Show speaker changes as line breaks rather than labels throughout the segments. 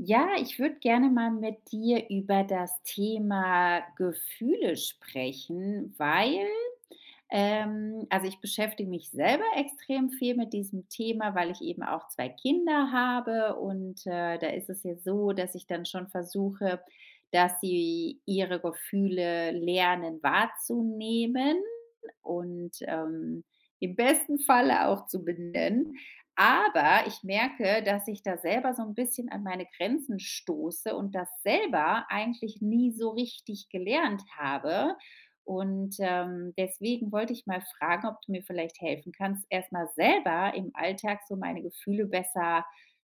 Ja, ich würde gerne mal mit dir über das Thema Gefühle sprechen, weil, also, ich beschäftige mich selber extrem viel mit diesem Thema, weil ich eben auch 2 Kinder habe und, da ist es ja so, dass ich dann schon versuche, dass sie ihre Gefühle lernen wahrzunehmen und im besten Falle auch zu benennen. Aber ich merke, dass ich da selber so ein bisschen an meine Grenzen stoße und das selber eigentlich nie so richtig gelernt habe. Und deswegen wollte ich mal fragen, ob du mir vielleicht helfen kannst, erstmal selber im Alltag so meine Gefühle besser,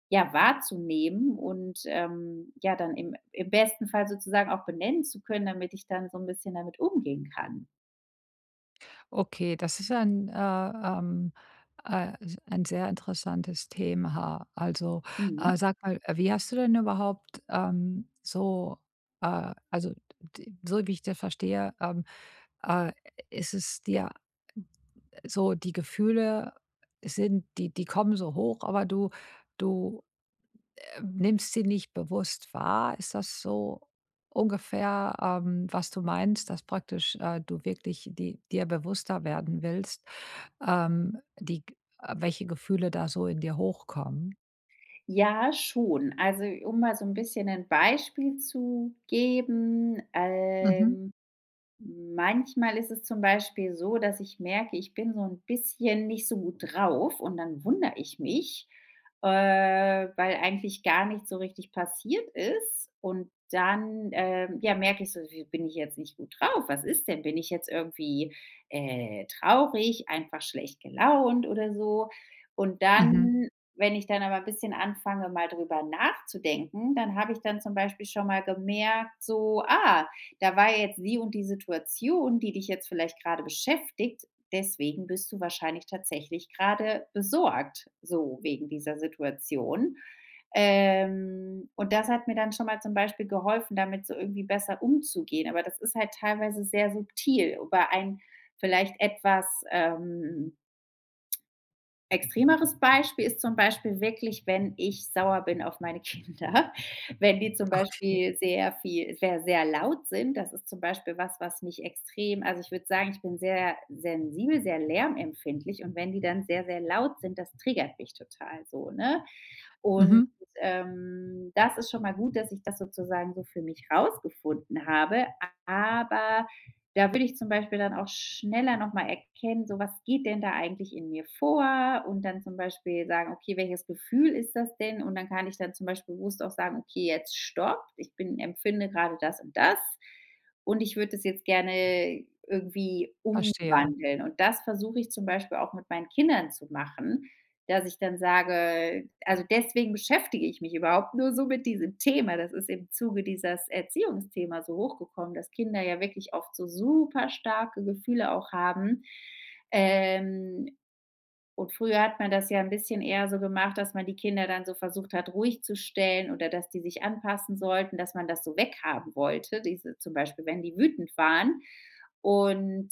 ja, wahrzunehmen und, ja, dann im besten Fall sozusagen auch benennen zu können, damit ich dann so ein bisschen damit umgehen kann.
Okay, das ist ein sehr interessantes Thema. Also,
Mhm.
sag mal, wie hast du denn überhaupt so, also so wie ich das verstehe, äh, ist es dir so, die Gefühle sind, die kommen so hoch, aber du nimmst sie nicht bewusst wahr. Ist das so ungefähr, was du meinst, dass praktisch du wirklich dir bewusster werden willst? Die Welche Gefühle da so in dir hochkommen?
Ja, schon. Also, um mal so 'n bisschen 'nen Beispiel zu geben,
Mhm,
manchmal ist es zum Beispiel so, dass ich merke, ich bin so ein bisschen nicht so gut drauf und dann wundere ich mich, weil eigentlich gar nicht so richtig passiert ist und dann, ja, merke ich so: „Wie bin ich jetzt nicht gut drauf? Was ist denn? Bin ich jetzt irgendwie, traurig, einfach schlecht gelaunt oder so?“ Und
mhm.
dann, wenn ich dann aber ein bisschen anfange, mal drüber nachzudenken, dann habe ich dann zum Beispiel schon mal gemerkt so: „Ah, da war ja jetzt die und die Situation, die dich jetzt vielleicht gerade beschäftigt. Deswegen bist du wahrscheinlich tatsächlich gerade besorgt, so wegen dieser Situation. Und das hat mir dann schon mal zum Beispiel geholfen, damit so irgendwie besser umzugehen. Aber das ist halt teilweise sehr subtil. Über ein vielleicht etwas extremeres Beispiel ist zum Beispiel wirklich, wenn ich sauer bin auf meine Kinder, wenn die zum
Ok,
Beispiel sehr viel sehr, sehr laut sind. Das ist zum Beispiel was, was mich extrem also, ich würde sagen, ich bin sehr sensibel, sehr lärmempfindlich und wenn die dann sehr, sehr laut sind, das triggert mich total so, ne? Und,
mhm.
ähm, das ist schon mal gut, dass ich das sozusagen so für mich rausgefunden habe, aber da würde ich zum Beispiel dann auch schneller noch mal erkennen, so was geht denn da eigentlich in mir vor und dann zum Beispiel sagen: „Okay, welches Gefühl ist das denn?“ Und dann kann ich dann zum Beispiel bewusst auch sagen: „Okay, jetzt stoppt, ich bin empfinde gerade das und das und ich würde das jetzt gerne irgendwie
Verstehe.
umwandeln.“ Und das versuche ich zum Beispiel auch mit meinen Kindern zu machen, dass ich dann sage also, deswegen beschäftige ich mich überhaupt nur so mit diesem Thema. Das ist im Zuge dieses Erziehungsthema so hochgekommen, dass Kinder ja wirklich oft so super starke Gefühle auch haben. Ähm, und früher hat man das ja ein bisschen eher so gemacht, dass man die Kinder dann so versucht hat, ruhig zu stellen oder dass die sich anpassen sollten, dass man das so weghaben wollte, diese zum Beispiel, wenn die wütend waren. Und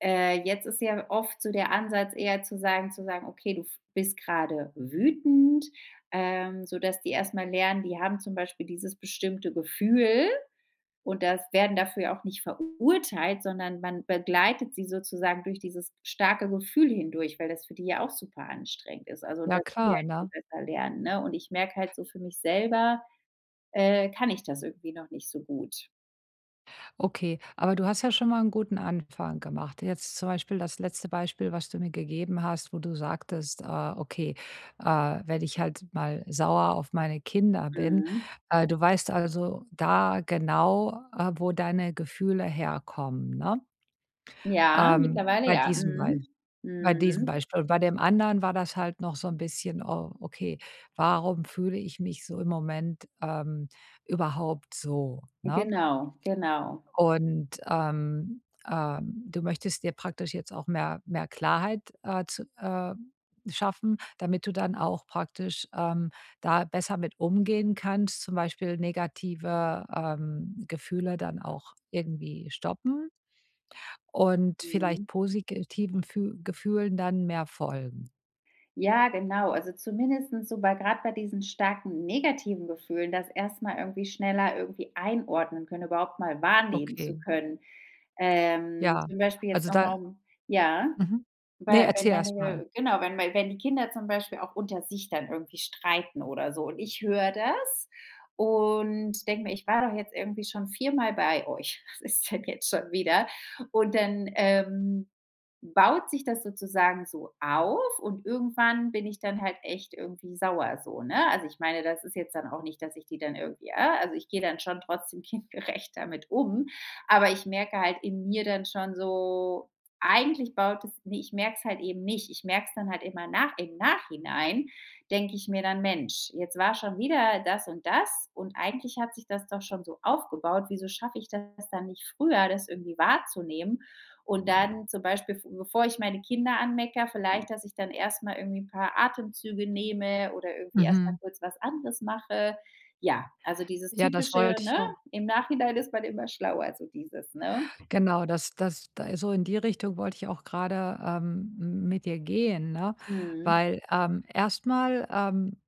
jetzt ist ja oft so der Ansatz eher zu sagen: „Okay, du f bist gerade wütend“, sodass die erstmal lernen, die haben zum Beispiel dieses bestimmte Gefühl und das werden dafür auch nicht verurteilt, sondern man begleitet sie sozusagen durch dieses starke Gefühl hindurch, weil das für die ja auch super anstrengend ist. Also, und
Ja
dass die
klar,
halt viel
ne?
besser lernen, ne? Und ich merke halt so für mich selber, kann ich das irgendwie noch nicht so gut.
Okay, aber du hast ja schon mal einen guten Anfang gemacht. Jetzt zum Beispiel das letzte Beispiel, was du mir gegeben hast, wo du sagtest: „Okay, äh, wenn ich halt mal sauer auf meine Kinder bin."
Mhm.
Du weißt also da genau, wo deine Gefühle herkommen, ne?
Ja,
Ähm,
mittlerweile
bei
ja.
diesem Bei
Mhm.
Bei diesem
Mhm.
Beispiel. Und bei dem anderen war das halt noch so ein bisschen: „Oh, okay, warum fühle ich mich so im Moment, überhaupt so?", ne?
Genau, genau.
Und, du möchtest dir praktisch jetzt auch mehr Klarheit, zu schaffen, damit du dann auch praktisch, da besser mit umgehen kannst, zum Beispiel negative, Gefühle dann auch irgendwie stoppen und
Mhm.
vielleicht positiven Fü Gefühlen dann mehr folgen.
Ja, genau. Also zumindestens so bei gerade bei diesen starken negativen Gefühlen, das erstmal irgendwie schneller irgendwie einordnen können, überhaupt mal wahrnehmen zu
Okay,
können.
ja.
Zum Beispiel jetzt
Also,
noch
da.
mal um ja?
Mhm. Ne,
Weil wenn
erzähl erst mal.
meine genau, wenn mei wenn die Kinder zum Beispiel auch unter sich dann irgendwie streiten oder so und ich höre das und denke mir: „Ich war doch jetzt irgendwie schon viermal bei euch. Was ist denn jetzt schon wieder?“ Und dann, baut sich das sozusagen so auf und irgendwann bin ich dann halt echt irgendwie sauer so, ne? Also, ich meine, das ist jetzt dann auch nicht, dass ich die dann irgendwie ah, also, ich gehe dann schon trotzdem kindgerecht damit um, aber ich merke halt in mir dann schon so eigentlich baut es ne, ich merke es halt eben nicht. Ich merke es dann halt immer nach im Nachhinein denke ich mir dann: „Mensch, jetzt war schon wieder das und das und eigentlich hat sich das doch schon so aufgebaut. Wieso schaffe ich das dann nicht früher, das irgendwie wahrzunehmen?“ Und dann zum Beispiel, bevor ich meine Kinder anmecker, vielleicht, dass ich dann erst mal irgendwie 'n paar Atemzüge nehme oder irgendwie erst mal
Mhm.
kurz was anderes mache. Ja, also dieses
Ja, das
typische,
wollte
ne,
ich auch.
im Nachhinein ist man immer schlauer, so dieses, ne?
Genau, das da so in die Richtung wollte ich auch grade, m mit dir gehen, ne?
Mhm,
Weil, erst mal,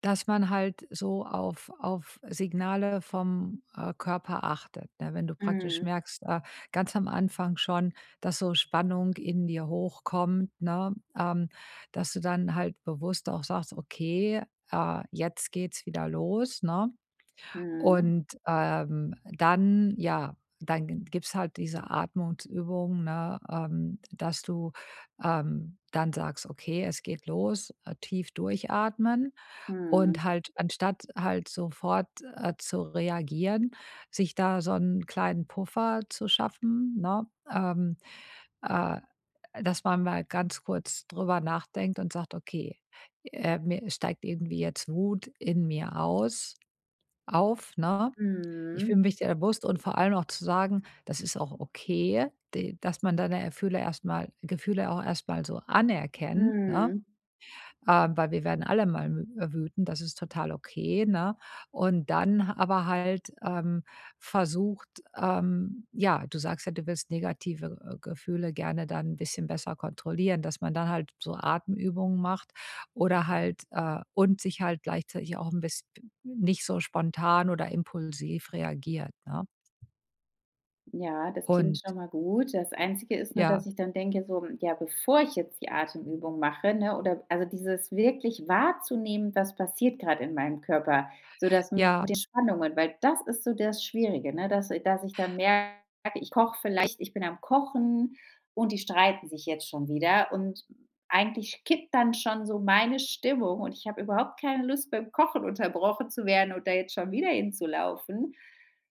dass man halt so auf Signale vom, Körper achtet, ne? Wenn du praktisch
mhm.
merkst, ganz am Anfang schon, dass so Spannung in dir hochkommt, ne, dass du dann halt bewusst auch sagst: „Okay, jetzt geht's wieder los", ne?
Mhm.
Und, dann ja, dann g gibt's halt diese Atmungsübung, ne, dass du, dann sagst: „Okay, es geht los", tief durchatmen.
Mhm.
Und halt anstatt halt sofort, zu reagieren, sich da so einen kleinen Puffer zu schaffen, ne? Ähm, äh, Dass man mal ganz kurz drüber nachdenkt und sagt: „Okay, mir steigt irgendwie jetzt Wut in mir aus auf", ne? Ich
Mhm.
bin mich der bewusst und vor allem auch zu sagen, das ist auch okay, de dass man deine Gefühle erstmal Gefühle auch erstmal so anerkennt, ne?
Mhm.
Weil wir werden alle mal mü wütend, das ist total okay, ne? Und dann aber halt, versucht, ja, du sagst ja, du willst negative, Gefühle gerne dann ein bisschen besser kontrollieren, dass man dann halt so Atemübungen macht oder halt, und sich halt gleichzeitig auch ein bisschen nicht so spontan oder impulsiv reagiert, ne?
Ja, das klingt
Und
schon mal gut. Das Einzige ist nur, dass
ja,
ich dann denke so, hm, ja, bevor ich jetzt die Atemübung mache, ne, oder also dieses wirklich wahrzunehmen, was passiert gerade in meinem Körper, so das mit
ja,
den Spannungen, weil das ist so das Schwierige, ne, dass ich dann merke, ich koche vielleicht ich bin am Kochen und die streiten sich jetzt schon wieder und eigentlich kippt dann schon so meine Stimmung und ich habe überhaupt keine Lust, beim Kochen unterbrochen zu werden und da jetzt schon wieder hinzulaufen.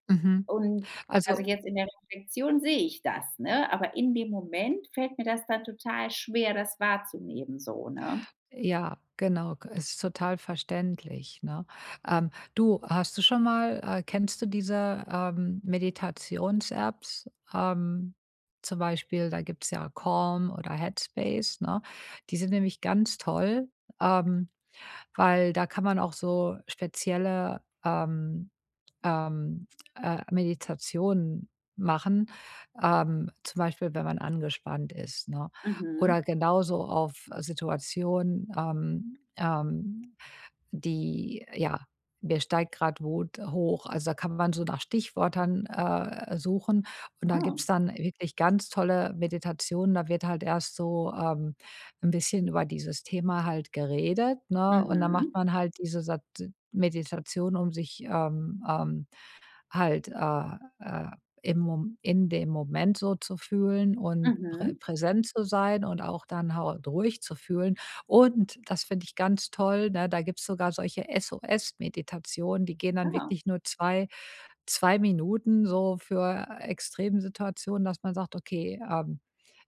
mhm.
Und also,
Also.
jetzt in der Reflexion sehe ich das, ne? Aber in dem Moment fällt mir das dann total schwer, das wahrzunehmen so, ne?
Ja, genau, g ist total verständlich, ne? Hast du schon mal kennst du diese, Meditations-Apps? Zum Beispiel, da gibt's ja Calm oder Headspace, ne? Die sind nämlich ganz toll, ähm, weil da kann man auch so spezielle, ähm, Meditationen machen, zum Beispiel, wenn man angespannt ist, ne?
Mhm.
Oder genauso auf Situationen, die ja, mir steigt gerade Wut hoch. Also, da kann man so nach Stichwörtern, suchen und da
Ah.
gibt's dann wirklich ganz tolle Meditationen. Da wird halt erst so, 'n bisschen über dieses Thema halt geredet, ne? Und dann macht
Mhm.
man halt diese Sat Meditation, um sich, halt, äh, im Mom in dem Moment so zu fühlen und
Mhm.
präsent zu sein und auch dann halt ruhig zu fühlen. Und das finde ich ganz toll, ne, da gibt's sogar solche SOS-Meditationen, die gehen dann
Ja.
wirklich nur 2 Minuten so für extreme Situationen, dass man sagt: „Okay,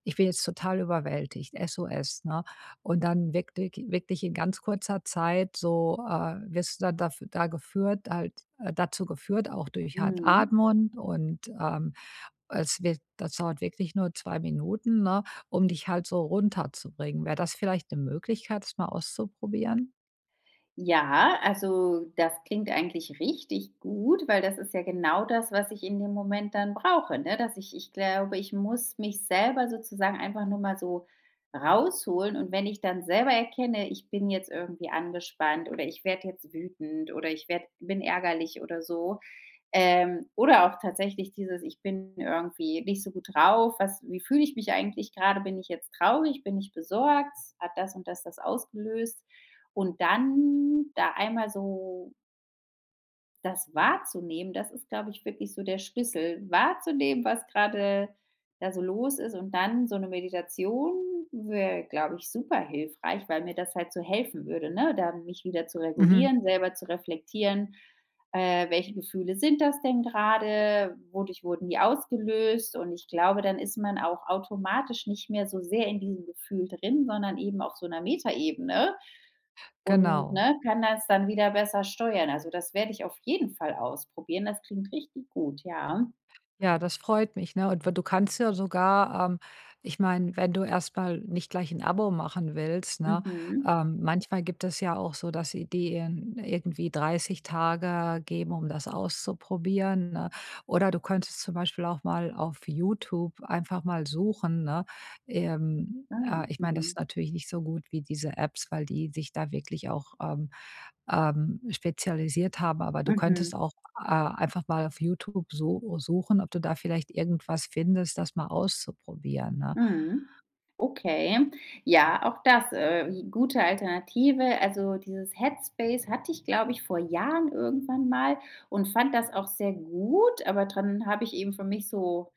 ich bin jetzt total überwältigt, SOS", ne? Und dann wirklich wirklich in ganz kurzer Zeit so, wirst du dann dafür da geführt halt dazu geführt, auch durch halt
Mhm.
Atmung und, es wird das dauert wirklich nur 2 Minuten, ne, um dich halt so runterzubringen. Wäre das vielleicht eine Möglichkeit, das mal auszuprobieren?
Ja, also das klingt eigentlich richtig gut, weil das ist ja genau das, was ich in dem Moment dann brauche, ne? Dass ich glaube, ich muss mich selber sozusagen einfach nur mal so rausholen und wenn ich dann selber erkenne, ich bin jetzt irgendwie angespannt oder ich werde jetzt wütend oder ich werde bin ärgerlich oder so, oder auch tatsächlich dieses, ich bin irgendwie nicht so gut drauf, was wie fühle ich mich eigentlich gerade? Bin ich jetzt traurig? Bin ich besorgt? Hat das und das das ausgelöst? Und dann da einmal so das wahrzunehmen, das ist, glaube ich, wirklich so der Schlüssel. Wahrzunehmen, was gerade da so los ist und dann so eine Meditation wäre, glaube ich, super hilfreich, weil mir das halt so helfen würde, ne, da mich wieder zu
Mhm.
regulieren, selber zu reflektieren. Welche Gefühle sind das denn grade? Wodurch wurden die ausgelöst? Und ich glaube, dann ist man auch automatisch nicht mehr so sehr in diesem Gefühl drin, sondern eben auf so einer Metaebene und,
Genau.
ne, kann das dann wieder besser steuern. Also, das werde ich auf jeden Fall ausprobieren. Das klingt richtig gut, ja.
Ja, das freut mich, ne? Und du kannst ja sogar, ich meine, wenn du erstmal nicht gleich ein Abo machen willst, ne?
Mhm.
Manchmal gibt es ja auch so, dass sie dir in irgendwie 30 Tage geben, um das auszuprobieren, ne? Oder du könntest zum Beispiel auch mal auf YouTube einfach mal suchen, ne?
Ah,
Ich meine, das
mhm.
ist natürlich nicht so gut wie diese Apps, weil die sich da wirklich auch, spezialisiert haben. Aber du
Mhm.
könntest auch, einfach mal auf YouTube so suchen, ob du da vielleicht irgendwas findest, das mal auszuprobieren, ne?
Mhm. Okay. Ja, auch das, gute Alternative. Also, dieses Headspace hatte ich, glaube ich, vor Jahren irgendwann mal und fand das auch sehr gut, aber dann habe ich eben für mich so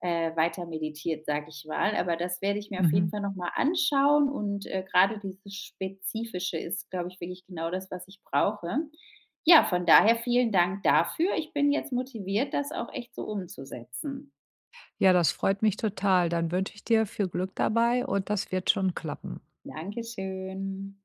weiter meditiert, sage ich mal. Aber das werde ich mir auf jeden
Mhm.
Fall noch mal anschauen und, grade dieses Spezifische ist, glaube ich, wirklich genau das, was ich brauche. Ja, von daher vielen Dank dafür. Ich bin jetzt motiviert, das auch echt so umzusetzen.
Ja, das freut mich total. Dann wünsche ich dir viel Glück dabei und das wird schon klappen.
Dankeschön.